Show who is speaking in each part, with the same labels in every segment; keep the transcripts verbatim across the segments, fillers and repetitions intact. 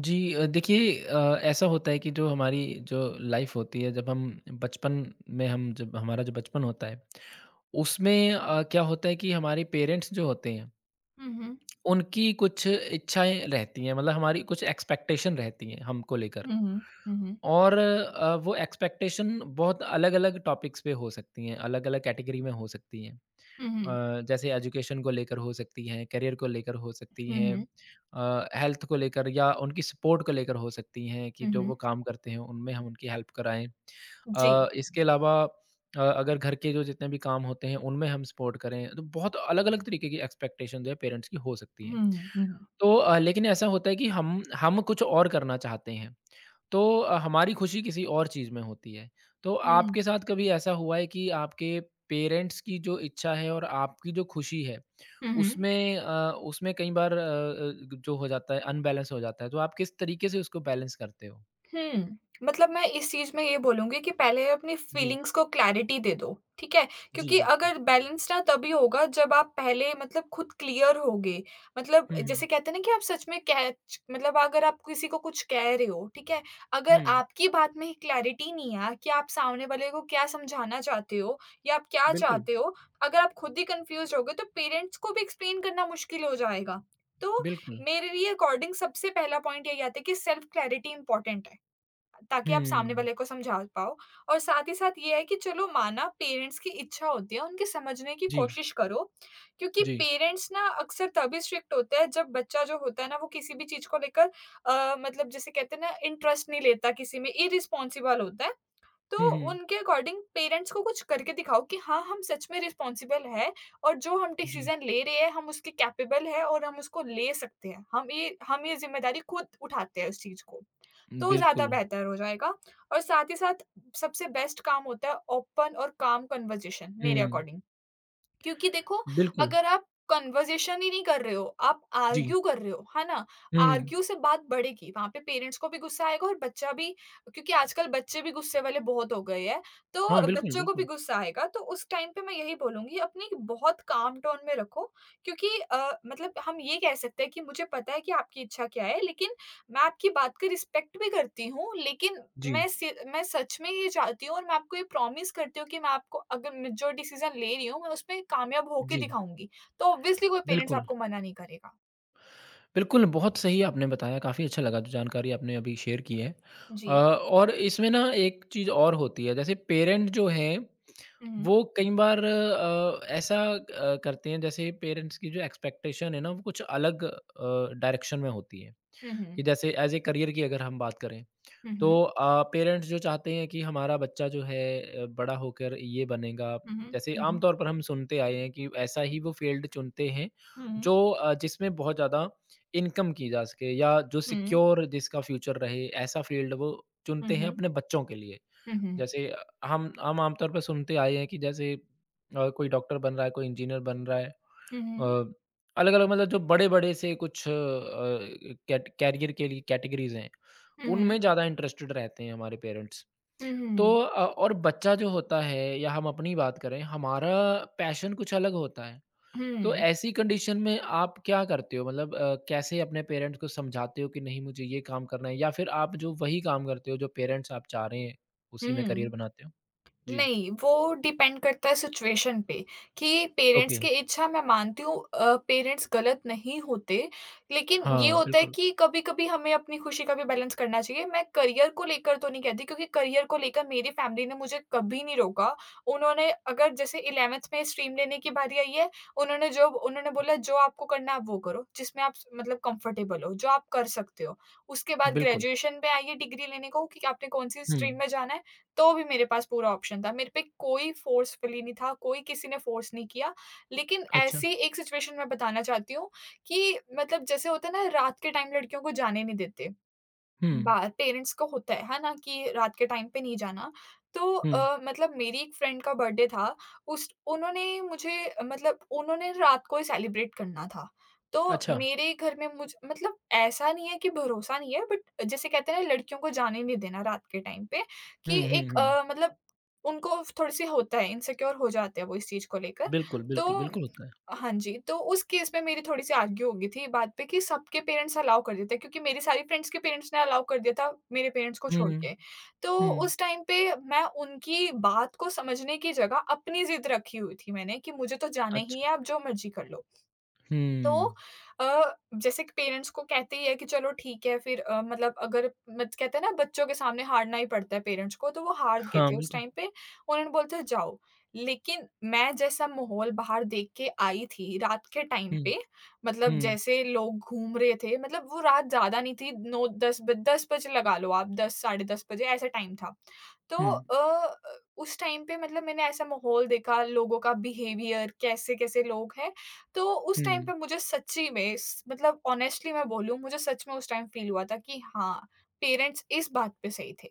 Speaker 1: जी अ, देखिए अ, ऐसा होता है कि जो हमारी जो लाइफ होती है जब हम बचपन में हम जब हमारा जो बचपन होता है उसमें अ, क्या होता है कि हमारे पेरेंट्स जो होते हैं
Speaker 2: हुँ, हुँ।
Speaker 1: उनकी कुछ इच्छाएं रहती हैं मतलब हमारी कुछ एक्सपेक्टेशन रहती हैं हमको लेकर
Speaker 2: हुँ, हुँ। हुँ, हुँ।
Speaker 1: और अ, वो एक्सपेक्टेशन बहुत अलग-अलग टॉपिक्स पे हो सकती हैं, अलग-अलग कैटेगरी में हो सकती हैं।
Speaker 2: हुँ, हुँ।
Speaker 1: अ, जैसे एजुकेशन को लेकर हो सकती हैं, करियर को लेकर हो सकती
Speaker 2: हुँ,
Speaker 1: हैं,
Speaker 2: हुँ।
Speaker 1: अ, हेल्थ को लेकर या उनकी सपोर्ट को लेकर हो सकती हैं कि
Speaker 2: हुँ,
Speaker 1: जो वो
Speaker 2: हुँ।
Speaker 1: काम करते हैं, उनमें हम उनकी हेल्प कराएँ।
Speaker 2: जी।
Speaker 1: अ, इसके अलावा अ, अगर घर के जो जितने भी काम होते हैं, उनमें हम सपोर्ट करें, तो बहुत अलग-अलग तरीके की एक्सपेक्टेशन जो है पेरेंट्स की हो सकती हैं।
Speaker 2: हुँ, हुँ।
Speaker 1: तो अ, लेकिन ऐसा होता है कि हम हम कुछ और करना चाहते हैं। तो अ, हमारी खुशी किसी और चीज़ में होती है। तो
Speaker 2: हुँ,
Speaker 1: आपके साथ कभी ऐसा हुआ है कि आपके पेरेंट्स की जो इच्छा है और आपकी जो खुशी है,
Speaker 2: हुँ।
Speaker 1: उसमें अ, उसमें कई बार अ अ, ग जो हो जाता है अनबैलेंस हो जाता है, तो आप किस तरीके से उसको बैलेंस करते हो?
Speaker 2: हुँ। मतलब मैं इस चीज़ में ये बोलूँगी कि पहले अपनी
Speaker 1: जी।
Speaker 2: फीलिंग्स को क्लैरिटी दे दो, ठीक है?
Speaker 1: जी,
Speaker 2: क्योंकि
Speaker 1: बिल्कुल।
Speaker 2: अगर बैलेंस ना तभी होगा जब आप पहले मतलब खुद क्लियर होगे। मतलब
Speaker 1: हुँ, हुँ।
Speaker 2: जैसे कहते हैं ना कि आप सच में कैच मतलब अगर आप किसी को कुछ कह रहे हो, ठीक है? अगर
Speaker 1: हुँ,
Speaker 2: आपकी बात में क्लैरिटी नहीं है कि आप सामने वाले को क्या समझाना चाहते हो या आप क्या
Speaker 1: बिल्कुल,
Speaker 2: चाहते हो, अगर आप खुद ही कन्फ्यूज़ होगे तो पेरेंट्स को भी एक्सप्लेन करना मुश्किल हो जाएगा। तो
Speaker 1: बिल्कुल।
Speaker 2: मेरे लिए अकॉर्डिंग सबसे पहला पॉइंट यही आता है कि सेल्फ क्लैरिटी इम्पोर्टेंट है। ताकि आप सामने
Speaker 1: हुँ,
Speaker 2: वाले को समझा पाओ और साथ ही साथ ये है कि चलो माना पेरेंट्स की इच्छा होती है, उनके समझने की
Speaker 1: जी,
Speaker 2: कोशिश करो, क्योंकि
Speaker 1: जी।
Speaker 2: पेरेंट्स ना अक्सर तभी स्ट्रिक्ट होते हैं जब बच्चा जो होता है ना वो किसी भी चीज़ को लेकर अ, मतलब जिसे कहते हैं ना इंटरेस्ट नहीं लेता किसी में, इर्रेस्पॉन्सिबल होता है।
Speaker 1: हुँ,
Speaker 2: तो
Speaker 1: हुँ,
Speaker 2: उनके अकॉर्डिंग पेरेंट्स को कुछ करके दिखाओ कि हाँ, हम सच में रिस्पॉन्सिबल हैं और जो हम
Speaker 1: जी।
Speaker 2: डिसीज़न ले रहे हैं हम उसके कैपेबल हैं और हम उसको ले सकते हैं। हम ये हम ये ज़िम्मेदारी खुद उठाते हैं उस चीज़ को। तो ज़्यादा
Speaker 1: बिल्कुल।
Speaker 2: बेहतर हो जाएगा और साथ ही साथ सबसे बेस्ट काम होता है ओपन और काम कन्वर्सेशन मेरे
Speaker 1: हुँ,
Speaker 2: अकॉर्डिंग। क्योंकि देखो
Speaker 1: बिल्कुल।
Speaker 2: अगर आप कन्वर्सेशन ही नहीं कर रहे हो, आप
Speaker 1: जी।
Speaker 2: आर्ग्यू कर रहे हो, है ना?
Speaker 1: हुँ।
Speaker 2: आर्ग्यू से बात बढ़ेगी, वहाँ पे पेरेंट्स को भी गुस्सा आएगा और बच्चा भी क्योंकि आजकल बच्चे भी गुस्से वाले बहुत हो गए हैं,
Speaker 1: हाँ,
Speaker 2: तो
Speaker 1: बिल्कुल,
Speaker 2: बच्चों को भी
Speaker 1: बिल्कुल।
Speaker 2: गुस्सा आएगा। तो उस टाइम पे मैं यही बोलूँगी अपनी बहुत काम टोन में रखो क्योंकि अ, मतलब हम ये कह सकते हैं कि मुझे पता है कि आपकी इच्छा क्या है लेकिन मैं आपकी बात का रिस्पेक्ट भी करती हूँ, लेकिन
Speaker 1: जी,
Speaker 2: मैं सि मैं सच में ये चाहती हूँ और मैं आपको ये प्रॉमिस करती हूँ कि मैं आपको अगर मैं जो डिसीज़न ले रही हूँ, मैं उसमें कामयाब होके
Speaker 1: जी,
Speaker 2: दिखाऊँगी। तो ऑब्वियसली कोई पेरेंट्स
Speaker 1: बिल्कुल।
Speaker 2: आपको मना नहीं करेगा।
Speaker 1: बिल्कुल, बहुत सही आपने बताया, काफ़ी अच्छा लगा जो जानकारी आपने अभी शेयर की है। अ,
Speaker 2: जी।
Speaker 1: और इसमें ना एक चीज़ और होती है, जैसे पेरेंट जो हैं,
Speaker 2: हुँ, हुँ।
Speaker 1: वो कई बार अ, ऐसा अ, करते हैं जैसे पेरेंट्स की जो एक्सपेक्टेशन है ना, वो कुछ अलग अ, डायरेक्शन में होती है,
Speaker 2: हुँ, हुँ।
Speaker 1: कि जैसे एज़ ए करियर की अगर हम बात करें,
Speaker 2: हुँ,
Speaker 1: तो
Speaker 2: हुँ।
Speaker 1: अ, पेरेंट्स जो चाहते हैं कि हमारा बच्चा जो है अ, बड़ा होकर ये बनेगा,
Speaker 2: हुँ,
Speaker 1: जैसे
Speaker 2: हुँ।
Speaker 1: आमतौर पर हम सुनते आए हैं कि ऐसा ही वो फ़ील्ड चुनते हैं
Speaker 2: हुँ, हुँ।
Speaker 1: जो अ, जिसमें बहुत ज़्यादा इनकम की जा सके या जो
Speaker 2: हुँ, हुँ।
Speaker 1: सिक्योर जिसका फ्यूचर रहे, ऐसा फ़ील्ड वो
Speaker 2: हुँ,
Speaker 1: चुनते हैं
Speaker 2: हुँ।
Speaker 1: अपने बच्चों के लिए।
Speaker 2: हुँ, हुँ।
Speaker 1: जैसे अ, हम हम आमतौर पर सुनते आए हैं कि जैसे अ, कोई डॉक्टर बन रहा है, कोई इंजीनियर बन रहा है। अ, अलग-अलग मतलब जो बड़े-बड़े से कुछ अ, कैट कैरियर के लिए कैटेगरीज़ हैं,
Speaker 2: हुँ,
Speaker 1: उनमें
Speaker 2: हुँ।
Speaker 1: ज़्यादा इंटरेस्टेड रहते हैं हमारे पेरेंट्स।
Speaker 2: हुँ,
Speaker 1: तो
Speaker 2: हुँ।
Speaker 1: अ, और बच्चा जो होता है या हम अपनी बात करें, हमारा पैशन कुछ अलग होता है।
Speaker 2: हुँ,
Speaker 1: तो
Speaker 2: हुँ।
Speaker 1: ऐसी कंडीशन में आप क्या करते हो? मतलब अ, कैसे अपने पेरेंट्स को समझाते हो कि नहीं मुझे ये काम करना है या फिर आप जो वही काम करते हो जो पेरेंट्स आप चाह रहे हैं, उसी में
Speaker 2: हुँ,
Speaker 1: करियर
Speaker 2: हुँ।
Speaker 1: बनाते हो? जी।
Speaker 2: नहीं, वो डिपेंड करता है सिचुएशन पे कि
Speaker 1: ओके।
Speaker 2: पेरेंट्स की इच्छा मैं मानती हूँ अ, पेरेंट्स गलत नहीं होते, लेकिन ये
Speaker 1: हाँ,
Speaker 2: होता है
Speaker 1: बिल्कुल,
Speaker 2: कि कभी-कभी हमें अपनी खुशी का भी बैलेंस करना चाहिए। मैं करियर को लेकर तो नहीं कहती क्योंकि करियर को लेकर मेरी फैमिली ने मुझे कभी नहीं रोका। उन्होंने अगर जैसे ग्यारहवीं में स्ट्रीम लेने की बारी आई है, उन्होंने जो उन्होंने बोला जो आपको करना है आप वो करो, जिसमें आप स मतलब कंफर्टेबल हो, जो आप कर सकते हो। उसके बाद
Speaker 1: बिल्कुल।
Speaker 2: ग्रेजुएशन पे आई है डिग्री लेने को कि आपने कौन-सी
Speaker 1: हुँ,
Speaker 2: स्ट्रीम में जाना है, तो भी मेरे पास पूरा ऑप्शन था। मेरे पे कोई फ़ोर्सफुली नहीं था, कोई किसी ने फ़ोर्स नहीं किया। लेकिन
Speaker 1: अच्छा।
Speaker 2: ऐसी एक सिचुएशन मैं बताना चाहती हूँ कि मतलब जैसे होता है ना रात के टाइम लड़कियों को जाने नहीं देते।
Speaker 1: हुँ,
Speaker 2: बा पेरेंट्स को होता है, है ना? कि रात के टाइम पे नहीं जाना। तो
Speaker 1: हुँ,
Speaker 2: अ, मतलब मेरी एक फ्रेंड का बर्थडे था, उस उन्होंने मुझे अ, मतलब उन्होंने रात को ही सेलिब्रेट करना था। तो
Speaker 1: अच्छा।
Speaker 2: मेरे घर में मुझ मतलब ऐसा नहीं है कि भरोसा नहीं है बट जैसे कहते हैं ना लड़कियों को जाने नहीं देना रात के टाइम पे
Speaker 1: हुँ,
Speaker 2: कि
Speaker 1: हुँ,
Speaker 2: एक
Speaker 1: हुँ।
Speaker 2: अ, मतलब उनको थोड़ी-सी होता है, इनसिक्योर हो जाते हैं वो इस चीज़ को लेकर।
Speaker 1: बिल्कुल,
Speaker 2: तो
Speaker 1: बिल्कुल, बिल्कुल होता है।
Speaker 2: हाँ जी, तो उस केस में मेरी थोड़ी-सी आर्ग्यू हो गई थी ये बात पे कि सबके पेरेंट्स अलाउ कर देते हैं क्योंकि मेरी सारी फ्रेंड्स के पेरेंट्स ने अलाउ कर दिया था, मेरे पेरेंट्स को छोड़
Speaker 1: हुँ,
Speaker 2: के। तो
Speaker 1: हुँ।
Speaker 2: उस टाइम पे मैं उनकी बात को समझने की जगह अपनी ज़िद रखी हुई थी मैंने कि मुझे तो जाना ही
Speaker 1: अच्छा।
Speaker 2: है, आप जो मर्ज़ी कर लो। तो
Speaker 1: हुँ।
Speaker 2: अ, जैसे कि पेरेंट्स को कहते ही है कि चलो ठीक है फिर अ, मतलब अगर मत कहते हैं ना बच्चों के सामने हारना ही पड़ता है पेरेंट्स को तो वो हार गए
Speaker 1: हाँ,
Speaker 2: थे उस
Speaker 1: बिल्कुल।
Speaker 2: टाइम पे उन्होंने बोलते थे, जाओ लेकिन मैं जैसा माहौल बाहर देख के आई थी रात के टाइम
Speaker 1: हुँ,
Speaker 2: पे मतलब
Speaker 1: हुँ,
Speaker 2: जैसे लोग घूम रहे थे मतलब वो रात ज्यादा नहीं थी नौ दस बज- दस बजे लगा लो आप दस साढ़े दस बजे ऐसा टाइम था तो
Speaker 1: हुँ,
Speaker 2: अ अ, उस टाइम पे मतलब मैंने ऐसा माहौल देखा, लोगों का बिहेवियर कैसे-कैसे लोग हैं, तो उस टाइम
Speaker 1: हुँ,
Speaker 2: पे मुझे सच्ची में स मतलब ऑनेस्टली मैं बोलूँ, मुझे सच में उस टाइम फ़ील हुआ था कि हाँ, पेरेंट्स इस बात पे सही थे।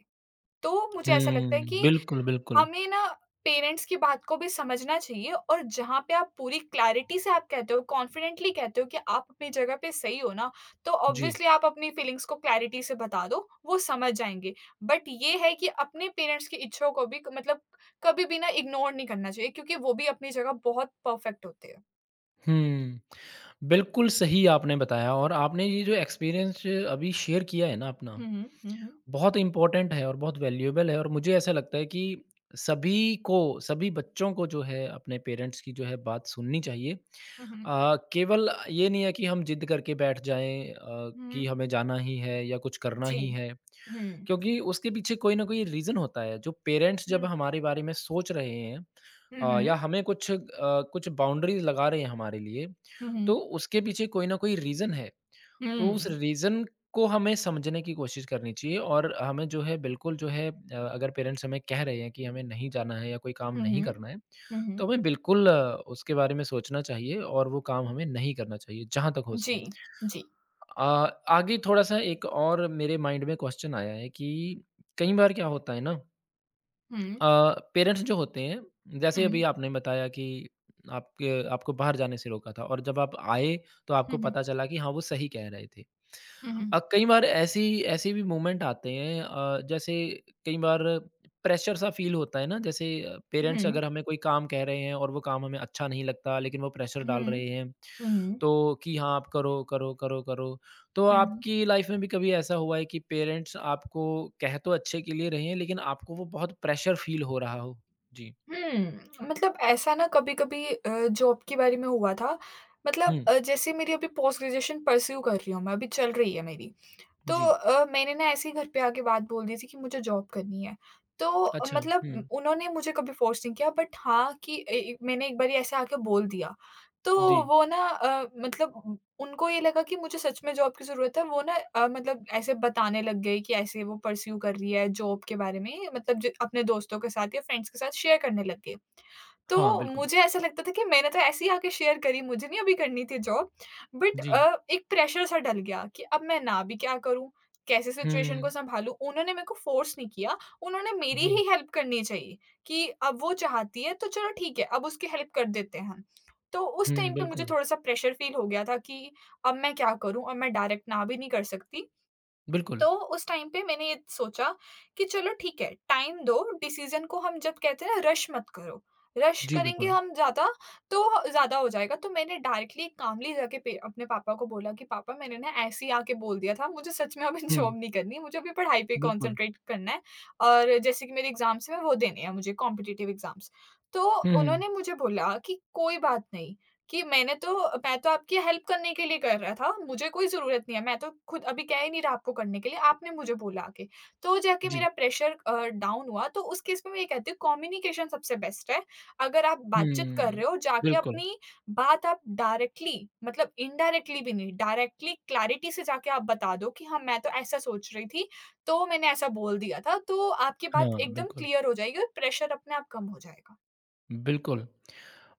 Speaker 2: तो मुझे ऐसा लगता है
Speaker 1: हुँ।
Speaker 2: कि
Speaker 1: बिल्कुल, बिल्कुल।
Speaker 2: हमें ना पेरेंट्स की बात को भी समझना चाहिए और जहाँ पे आप पूरी क्लैरिटी से आप कहते हो, कॉन्फिडेंटली कहते हो कि आप अपनी जगह पे सही हो ना, तो
Speaker 1: जी।
Speaker 2: ऑब्वियसली आप अपनी फीलिंग्स को क्लैरिटी से बता दो, वो समझ जाएँगे। बट ये है कि अपने पेरेंट्स की इच्छाओं को भी क- मतलब कभी भी ना इग्नोर नहीं करना चाहिए क्योंकि वो भी अपनी जगह बहुत परफ़ेक्ट होते हैं।
Speaker 1: हुँ। बिल्कुल सही आपने बताया और आपने ये जो एक्सपीरियंस अभी शेयर किया है ना अपना,
Speaker 2: हुँ, हुँ, हुँ, हुँ।
Speaker 1: बहुत इम्पोर्टेंट है और बहुत वैल्यूएबल है और मुझे ऐसा लगता है कि सभी को, सभी बच्चों को जो है अपने पेरेंट्स की जो है बात सुननी चाहिए।
Speaker 2: हुँ, हुँ,
Speaker 1: अ, केवल ये नहीं है कि हम ज़िद करके बैठ जाएँ अ,
Speaker 2: हुँ,
Speaker 1: कि हमें जाना ही है या कुछ करना
Speaker 2: जी।
Speaker 1: ही है,
Speaker 2: हुँ,
Speaker 1: क्योंकि उसके पीछे कोई ना कोई रीज़न होता है। जो पेरेंट्स जब
Speaker 2: हुँ,
Speaker 1: हमारे बारे में सोच रहे हैं
Speaker 2: हुँ,
Speaker 1: अ,
Speaker 2: हुँ,
Speaker 1: या
Speaker 2: हुँ,
Speaker 1: हमें कुछ अ, कुछ बाउंड्रीज़ लगा रहे हैं हमारे लिए,
Speaker 2: हुँ,
Speaker 1: तो
Speaker 2: हुँ,
Speaker 1: उसके पीछे कोई ना कोई रीज़न है। तो उस
Speaker 2: हुँ,
Speaker 1: रीज़न को हमें समझने की कोशिश करनी चाहिए और हमें जो है बिल्कुल जो है अ, अगर पेरेंट्स हमें कह रहे हैं कि हमें नहीं जाना है या कोई काम
Speaker 2: हुँ,
Speaker 1: नहीं
Speaker 2: हुँ,
Speaker 1: करना है,
Speaker 2: हुँ,
Speaker 1: तो हमें बिल्कुल अ, उसके बारे में सोचना चाहिए और वो काम हमें नहीं करना चाहिए, जहाँ तक हो
Speaker 2: जी,
Speaker 1: सके।
Speaker 2: जी।
Speaker 1: अ, आगे थोड़ा-सा एक और मेरे माइंड में क्वेश्चन आया है कि कई बार क्या होता है ना
Speaker 2: हुँ,
Speaker 1: अ, पेरेंट्स जो होते हैं जैसे
Speaker 2: हुँ,
Speaker 1: अभी
Speaker 2: हुँ,
Speaker 1: आपने बताया कि आपके आपको बाहर जाने से रोका था और जब आप आए तो आपको
Speaker 2: हुँ,
Speaker 1: पता चला कि हाँ वो सही कह रहे थे।
Speaker 2: हुँ,
Speaker 1: अ,
Speaker 2: हुँ।
Speaker 1: कई बार ऐसी ऐसे भी मोमेंट आते हैं अ, जैसे कई बार प्रेशर सा फ़ील होता है ना जैसे
Speaker 2: हुँ,
Speaker 1: पेरेंट्स अगर हमें कोई काम कह रहे हैं और वो काम हमें अच्छा नहीं लगता लेकिन वो प्रेशर डाल
Speaker 2: हुँ,
Speaker 1: रहे हैं,
Speaker 2: हुँ,
Speaker 1: तो कि हाँ आप करो, करो, करो, करो। तो
Speaker 2: हुँ,
Speaker 1: आपकी लाइफ में भी कभी ऐसा हुआ है कि पेरेंट्स आपको कह तो अच्छे के लिए रहे हैं, लेकिन आपको वो बहुत प्रेशर फील हो रहा हो? जी।
Speaker 2: हुँ। मतलब ऐसा ना कभी-कभी अ, जॉब के बारे में हुआ था। मतलब
Speaker 1: हुँ,
Speaker 2: अ, जैसे मेरी अभी पोस्ट ग्रेजुएशन परस्यू कर रही हूँ मैं, अभी चल रही है मेरी। तो
Speaker 1: जी।
Speaker 2: अ, मैंने ना ऐसे ही घर पे आके बात बोल दी थी कि मुझे जॉब करनी है। तो अ,
Speaker 1: अच्छा,
Speaker 2: मतलब
Speaker 1: हुँ,
Speaker 2: उम, उन्होंने मुझे कभी फ़ोर्स नहीं किया बट हाँ कि ए ए मैंने एक बारी ऐसे आके बोल दिया। तो
Speaker 1: जी।
Speaker 2: वो ना अ, मतलब उ उनको ये लगा कि मुझे सच में जॉब की ज़रूरत है। वो ना अ, मतलब ऐसे बताने लग गए कि ऐसे वो परस्यू कर रही है जॉब के बारे में मतलब ज अपने दोस्तों के साथ या फ्रेंड्स के साथ शेयर करने लग गए।
Speaker 1: हाँ,
Speaker 2: तो
Speaker 1: बिल्कुल।
Speaker 2: मुझे ऐसा लगता था कि मैंने तो ऐसे ही आके शेयर करी, मुझे नहीं अभी करनी थी जॉब बट
Speaker 1: जी।
Speaker 2: अ, एक प्रेशर सा डल गया कि अब मैं ना भी क्या करूँ? कैसे सिचुएशन को
Speaker 1: हुँ,
Speaker 2: सँभालूँ? उन्होंने मेरे को फ़ोर्स नहीं किया, उन्होंने मेरी
Speaker 1: जी।
Speaker 2: ही हेल्प करनी चाहिए कि अब वो चाहती है तो चलो ठीक है, अब उसकी हेल्प कर देते हैं हम। तो उस
Speaker 1: हुँ,
Speaker 2: टाइम पे मुझे
Speaker 1: बिल्कुल,
Speaker 2: थोड़ा-सा प्रेशर फ़ील हो गया था कि अब मैं क्या करूँ? अब मैं डायरेक्ट ना भी नहीं कर सकती।
Speaker 1: बिल्कुल।
Speaker 2: तो उस टाइम पे मैंने ये सोचा कि चलो ठीक है, टाइम दो, डिसीज़न को हम जब कहते हैं ना रश मत करो, रश
Speaker 1: जी,
Speaker 2: करेंगे
Speaker 1: बिल्कुल।
Speaker 2: हम ज़्यादा तो ज़्यादा हो जाएगा। तो मैंने डायरेक्टली कामली जाके पे अपने पापा को बोला कि पापा मैंने ना ऐसे ही आके बोल दिया था, मुझे सच में अभी
Speaker 1: हुँ,
Speaker 2: जॉब नहीं करनी, मुझे अभी पढ़ाई पे
Speaker 1: बिल्कुल।
Speaker 2: कॉन्संट्रेट करना है और जैसे कि मेरे एग्ज़ाम्स हैं वो देने हैं मुझे कॉम्पिटिटिव एग्ज़ाम्स। तो
Speaker 1: हुँ, हुँ।
Speaker 2: उन्होंने मुझे बोला कि कोई बात नहीं कि मैंने तो मैं तो आपकी हेल्प करने के लिए कर रहा था, मुझे कोई ज़रूरत नहीं है, मैं तो खुद अभी कह ही नहीं रहा आपको करने के लिए, आपने मुझे बोला आके। तो जाके
Speaker 1: जी।
Speaker 2: मेरा प्रेशर अ, डाउन हुआ, तो उस केस में मैं ये कहती हूँ कम्युनिकेशन सबसे बेस्ट है। अगर आप बातचीत कर
Speaker 1: हुँ,
Speaker 2: रहे हो, जाके
Speaker 1: बिल्कुल।
Speaker 2: अपनी बात आप डायरेक्टली मतलब इनडायरेक्टली भी नहीं, डायरेक्टली क्लैरिटी से जाके आप बता दो कि हाँ, मैं तो ऐसा सोच रही थी, तो मैंने ऐसा बोल दिया था, तो आपकी
Speaker 1: हाँ,
Speaker 2: बात एकदम
Speaker 1: बिल्कुल।
Speaker 2: क्लियर हो जाएगी और प्रेशर अपने आप कम हो जाएगा।
Speaker 1: बिल्कुल।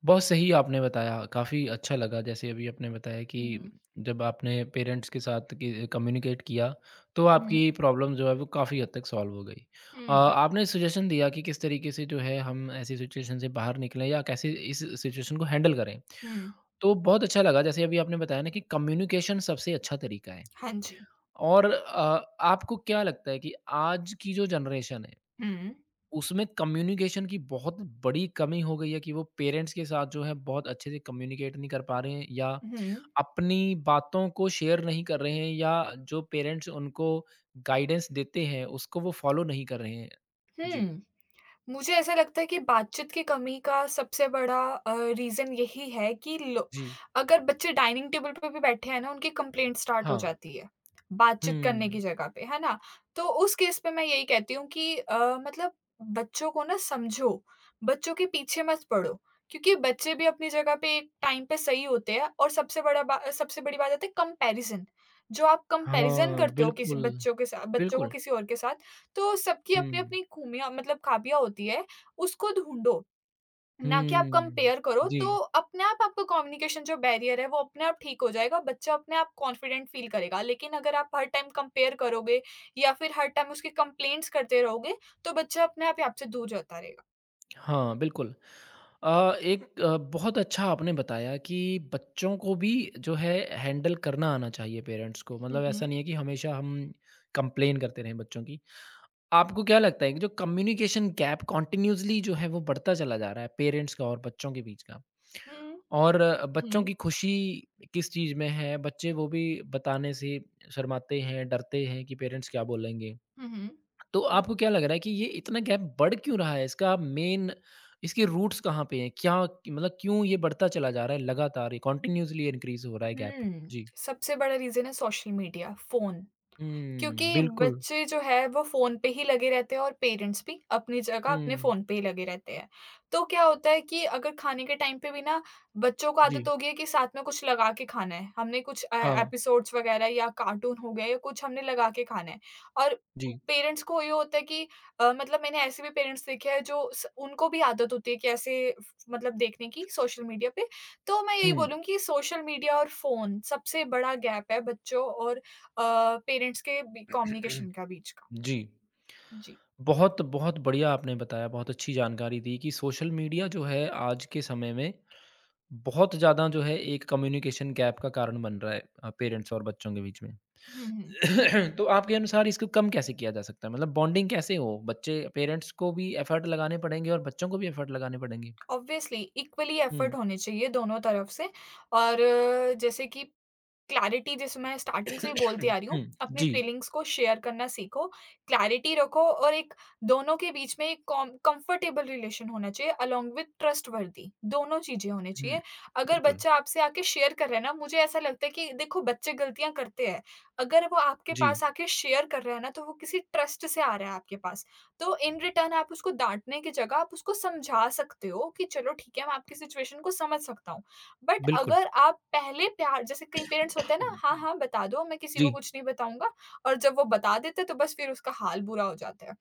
Speaker 1: बहुत सही आपने बताया, काफ़ी अच्छा लगा जैसे अभी आपने बताया कि
Speaker 2: हुँ, हुँ।
Speaker 1: जब आपने पेरेंट्स के साथ कि कम्युनिकेट किया, तो
Speaker 2: हुँ,
Speaker 1: आपकी प्रॉब्लम जो है वो काफ़ी हद तक सॉल्व हो गई। अ,
Speaker 2: हुँ,
Speaker 1: आपने सजेशन दिया कि किस तरीके से जो है हम ऐसी सिचुएशन से बाहर निकलें या कैसे इस सिचुएशन को हैंडल करें।
Speaker 2: हुँ।
Speaker 1: तो बहुत अच्छा लगा जैसे अभी आपने बताया ना कि कम्युनिकेशन सबसे अच्छा तरीका है
Speaker 2: हाँ जी।
Speaker 1: और अ, आपको क्या लगता है कि आज की जो जनरेशन है
Speaker 2: हुँ,
Speaker 1: उसमें कम्युनिकेशन की बहुत बड़ी कमी हो गई है कि वो पेरेंट्स के साथ जो है बहुत अच्छे से कम्युनिकेट नहीं कर पा रहे हैं या
Speaker 2: हुँ,
Speaker 1: अपनी बातों को शेयर नहीं कर रहे हैं या जो पेरेंट्स उनको गाइडेंस देते हैं उसको वो फॉलो नहीं कर रहे हैं। जी,
Speaker 2: हुँ। मुझे ऐसा लगता है कि बातचीत की कमी का सबसे बड़ा अ, रीज़न यही है कि लो
Speaker 1: जी।
Speaker 2: अगर बच्चे डाइनिंग टेबल पे भी बैठे हैं ना, उनकी कंप्लेंट स्टार्ट हो
Speaker 1: हाँ।
Speaker 2: जाती है, बातचीत करने की
Speaker 1: हुँ।
Speaker 2: जगह पे, है ना? तो उस केस पे मैं यही कहती हूँ कि अ, मतलब बच्चों को ना समझो, बच्चों के पीछे मत पड़ो, क्योंकि बच्चे भी अपनी जगह पे एक टाइम पे सही होते हैं और सबसे बड़ा बा सबसे बड़ी बात आती है कंपैरिज़न। जो आप कंपैरिज़न
Speaker 1: हाँ,
Speaker 2: करते हो किसी
Speaker 1: बिल्कुल।
Speaker 2: बच्चों के साथ बच्चों को
Speaker 1: बिल्कुल।
Speaker 2: किसी और के साथ, तो सबकी
Speaker 1: हुँ।
Speaker 2: अपनी-अपनी खूमियाँ मतलब ख़ाबियाँ होती है, उसको ढूँढो, ना कि आप
Speaker 1: हुँ।
Speaker 2: कंपेयर करो,
Speaker 1: जी।
Speaker 2: तो अपने आप आपका कम्युनिकेशन जो बैरियर है, वो अपने आप ठीक हो जाएगा, बच्चा अपने आप कॉन्फिडेंट फ़ील करेगा। लेकिन अगर आप हर टाइम कंपेयर करोगे या फिर हर टाइम उसकी कंप्लेंट्स करते रहोगे, तो बच्चा अपने आप ही आपसे दूर जाता रहेगा।
Speaker 1: हाँ, बिल्कुल। अ, एक अ, बहुत अच्छा आपने बताया कि बच्चों को भी जो है हैंडल करना आना चाहिए पेरेंट्स को।
Speaker 2: हुँ,
Speaker 1: मतलब ऐसा
Speaker 2: हुँ।
Speaker 1: नहीं है कि हमेशा हम कंप्लेन करते रहें बच्चों की। आपको क्या लगता है कि जो कम्युनिकेशन गैप कंटिन्यूअसली जो है वो बढ़ता चला जा रहा है पेरेंट्स का और बच्चों के बीच का
Speaker 2: हुँ,
Speaker 1: और अ,
Speaker 2: हुँ।
Speaker 1: बच्चों की खुशी किस चीज़ में है? बच्चे वो भी बताने से शर्माते हैं, डरते हैं कि पेरेंट्स क्या बोलेंगे?
Speaker 2: हुँ, हुँ।
Speaker 1: तो आपको क्या लग रहा है कि ये इतना गैप बढ़ क्यों रहा है? इसका मेन इसके रूट्स कहाँ पे हैं? क्या मतलब क्यों ये बढ़ता चला जा रहा है लगातार ये कंटिन्यूअसली इनक्रीज़ हो रहा है गैप?
Speaker 2: हुँ,
Speaker 1: जी।
Speaker 2: सबसे बड़ा रीज़न है सोशल मीडिया, फ़ोन।
Speaker 1: हुँ,
Speaker 2: क्योंकि
Speaker 1: बिल्कुल।
Speaker 2: बच्चे जो है वो फ़ोन पे ही लगे रहते हैं और पेरेंट्स भी अपनी जगह अपने
Speaker 1: हुँ,
Speaker 2: फ़ोन पे ही लगे रहते हैं। तो क्या होता है कि अगर खाने के टाइम पे भी ना बच्चों को
Speaker 1: जी।
Speaker 2: आदत हो गई है कि साथ में कुछ लगा के खाना है। हमने कुछ ए
Speaker 1: हाँ,
Speaker 2: एपिसोड्स वग़ैरह या कार्टून हो गए, या कुछ हमने लगा के खाना है और
Speaker 1: जी।
Speaker 2: पेरेंट्स को ये होता है कि अ, मतलब मैंने ऐसे भी पेरेंट्स देखे हैं जो स उनको भी आदत होती है कि ऐसे फ मतलब देखने की सोशल मीडिया पे। तो मैं यही
Speaker 1: हुँ।
Speaker 2: बोलूँगी कि सोशल मीडिया और फ़ोन सबसे बड़ा गैप है बच्चों और अ, पेरेंट्स के बी कम्युनिकेशन का बीच का।
Speaker 1: जी।
Speaker 2: जी।
Speaker 1: बहुत, बहुत बढ़िया आपने बताया, बहुत अच्छी जानकारी दी कि सोशल मीडिया जो है आज के समय में बहुत ज़्यादा जो है एक कम्युनिकेशन गैप का कारण बन रहा है अ, पेरेंट्स और बच्चों के बीच में।
Speaker 2: हुँ, हुँ।
Speaker 1: तो आपके अनुसार इसको कम कैसे किया जा सकता है? मतलब बॉन्डिंग कैसे हो? बच्चे पेरेंट्स को भी एफर्ट लगाने पड़ेंगे और बच्चों को भी एफर्ट लगाने पड़ेंगे।
Speaker 2: ऑब्वियसली इक्वली
Speaker 1: हुँ।
Speaker 2: एफर्ट होने चाहिए दोनों तरफ से और अ, जैसे कि क्लैरिटी, जैसे मैं स्टार्टिंग से ही बोलती आ रही हूँ,
Speaker 1: हुँ,
Speaker 2: अपनी
Speaker 1: जी।
Speaker 2: फीलिंग्स को शेयर करना सीखो, क्लैरिटी रखो और एक दोनों के बीच में एक कंफर्टेबल रिलेशन होना चाहिए अलोंग विथ ट्रस्ट वर्दी। दोनों चीजें होनी
Speaker 1: हुँ,
Speaker 2: चाहिए। अगर
Speaker 1: बिल्कुल।
Speaker 2: बच्चा आपसे आके शेयर कर रहा है ना, मुझे ऐसा लगता है कि देखो, बच्चे गलतियां करते हैं। अगर वो आपके
Speaker 1: जी,
Speaker 2: पास आके शेयर कर रहा है ना, तो वो किसी ट्रस्ट से आ रहा है आपके पास। तो इन रिटर्न आप उसको डाँटने की जगह आप उसको समझा सकते हो कि चलो ठीक है, मैं आपकी सिचुएशन को समझ सकता हूँ। बट
Speaker 1: बिल्कुल।
Speaker 2: अगर आप पहले प्यार, जैसे कई पेरेंट्स
Speaker 1: हम्म,
Speaker 2: होते हैं ना, हाँ,
Speaker 1: हम्म,
Speaker 2: हाँ, बता दो, मैं किसी
Speaker 1: जी।
Speaker 2: को कुछ नहीं बताऊँगा, और जब वो बता देते हैं तो बस फिर उसका हाल बुरा हो जाता है।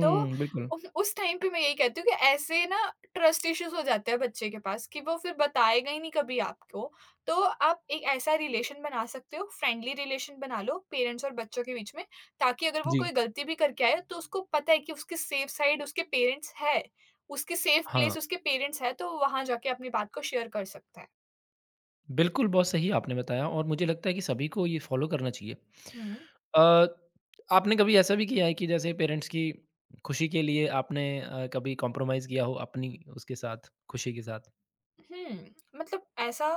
Speaker 2: तो
Speaker 1: बिल्कुल।
Speaker 2: उ उस टाइम पे मैं यही कहती हूँ कि ऐसे ना ट्रस्ट इश्यूज़ हो जाते हैं बच्चे के पास कि वो फिर बताएगा ही नहीं कभी आपको। तो आप एक ऐसा रिलेशन बना सकते हो, फ्रेंडली रिलेशन बना लो पेरेंट्स और बच्चों के बीच में, ताकि अगर वो
Speaker 1: जी,
Speaker 2: कोई गलती भी करके आए तो उसको पता है कि उसके सेफ साइड उसके पेरेंट्स है, उसके सेफ
Speaker 1: हाँ।
Speaker 2: प्लेस उसके पेरेंट्स है, तो वहाँ जाके अपनी बात को शेयर कर सकता है।
Speaker 1: बिल्कुल, बहुत सही आपने बताया और मुझे लगता है कि सभी को ये फॉलो करना चाहिए।
Speaker 2: हुँ।
Speaker 1: अ, आपने कभी ऐसा भी किया है कि जैसे पेरेंट्स की खुशी के लिए आपने अ, कभी कॉम्प्रोमाइज़ किया हो अपनी उसके साथ, खुशी के साथ?
Speaker 2: हुँ, मतलब ऐसा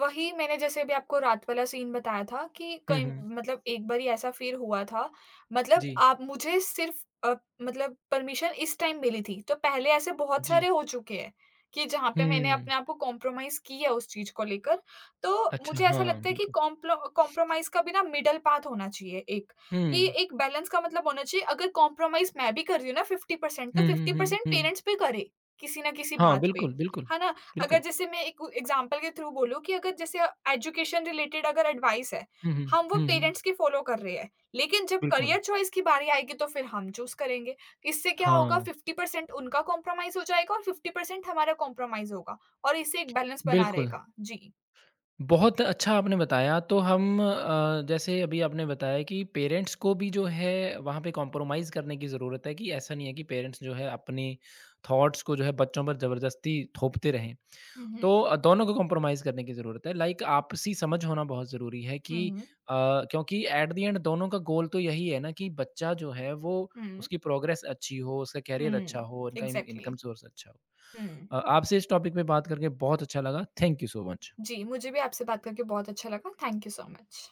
Speaker 2: वही मैंने जैसे अभी आपको रात वाला सीन बताया था कि
Speaker 1: हुँ,
Speaker 2: कई
Speaker 1: हुँ।
Speaker 2: मतलब एक बारी ऐसा फ़िर हुआ था, मतलब
Speaker 1: जी,
Speaker 2: आप मुझे सिर्फ़ अ, मतलब परमिशन इस टाइम मिली थी, तो पहले ऐसे बहुत
Speaker 1: जी।
Speaker 2: सारे हो चुके हैं कि जहाँ पे मैंने
Speaker 1: हुँ।
Speaker 2: अपने आप को कॉम्प्रोमाइज़ किया उस चीज़ को लेकर। तो
Speaker 1: अच्छा,
Speaker 2: मुझे ऐसा
Speaker 1: हाँ,
Speaker 2: लगता है कि
Speaker 1: बिल्कुल।
Speaker 2: कॉम्प्लो कॉम्प्रोमाइज़ का भी ना मिडल पाथ होना चाहिए एक, कि
Speaker 1: हुँ।
Speaker 2: एक बैलेंस का मतलब होना चाहिए। अगर कॉम्प्रोमाइज़ मैं भी कर रही हूँ ना फ़िफ़्टी परसेंट तो
Speaker 1: हुँ, हुँ, हुँ,
Speaker 2: फ़िफ़्टी परसेंट
Speaker 1: हुँ।
Speaker 2: पेरेंट्स भी करें, किसी न किसी
Speaker 1: हाँ,
Speaker 2: बात पे,
Speaker 1: बिल्कुल, बिल्कुल,
Speaker 2: है ना? अगर
Speaker 1: बिल्कुल।
Speaker 2: जैसे मैं एक एग्ज़ाम्पल के थ्रू बोलूँ कि अगर जैसे एजुकेशन रिलेटेड अगर एडवाइस है,
Speaker 1: हुँ, हुँ।
Speaker 2: हम वो
Speaker 1: हुँ, हुँ,
Speaker 2: पेरेंट्स की फॉलो कर रहे हैं, लेकिन जब
Speaker 1: बिल्कुल।
Speaker 2: करियर चॉइस की बारी आएगी तो फिर हम चूज़ करेंगे। इससे क्या होगा,
Speaker 1: हाँ,
Speaker 2: फ़िफ़्टी परसेंट उनका कॉम्प्रोमाइज़ हो जाएगा और फ़िफ़्टी परसेंट हमारा कॉम्प्रोमाइज़ होगा और इससे एक बैलेंस बना
Speaker 1: बिल्कुल।
Speaker 2: रहेगा। जी।
Speaker 1: बहुत अच्छा आपने बताया तो हम अ, जैसे अभी आपने बताया कि पेरेंट्स को भी जो है वहाँ पे कॉम्प्रोमाइज़ करने की ज़रूरत है कि ऐसा नहीं है कि पेरेंट्स जो है अपने थॉट्स को जो है बच्चों पर ज़बरदस्ती थोपते रहें।
Speaker 2: हुँ, हुँ।
Speaker 1: तो अ, दोनों को कॉम्प्रोमाइज़ करने की ज़रूरत है। लाइक आपसी समझ होना बहुत ज़रूरी है
Speaker 2: हुँ,
Speaker 1: कि
Speaker 2: हुँ।
Speaker 1: अ, क्योंकि एट द एंड दोनों का गोल तो यही है ना कि बच्चा जो है वो
Speaker 2: हुँ,
Speaker 1: उसकी प्रोग्रेस अच्छी हो, उसका करियर अच्छा
Speaker 2: हुँ।
Speaker 1: हो, उनका इन
Speaker 2: एग्ज़ैक्टली।
Speaker 1: इनकम सोर्स अच्छा हो।
Speaker 2: हुँ।
Speaker 1: अ, आपसे इस टॉपिक पे बात करके बहुत अच्छा लगा। Thank you so much.
Speaker 2: जी, मुझे भी आपसे बात करके बहुत अच्छा लगा। Thank you so much.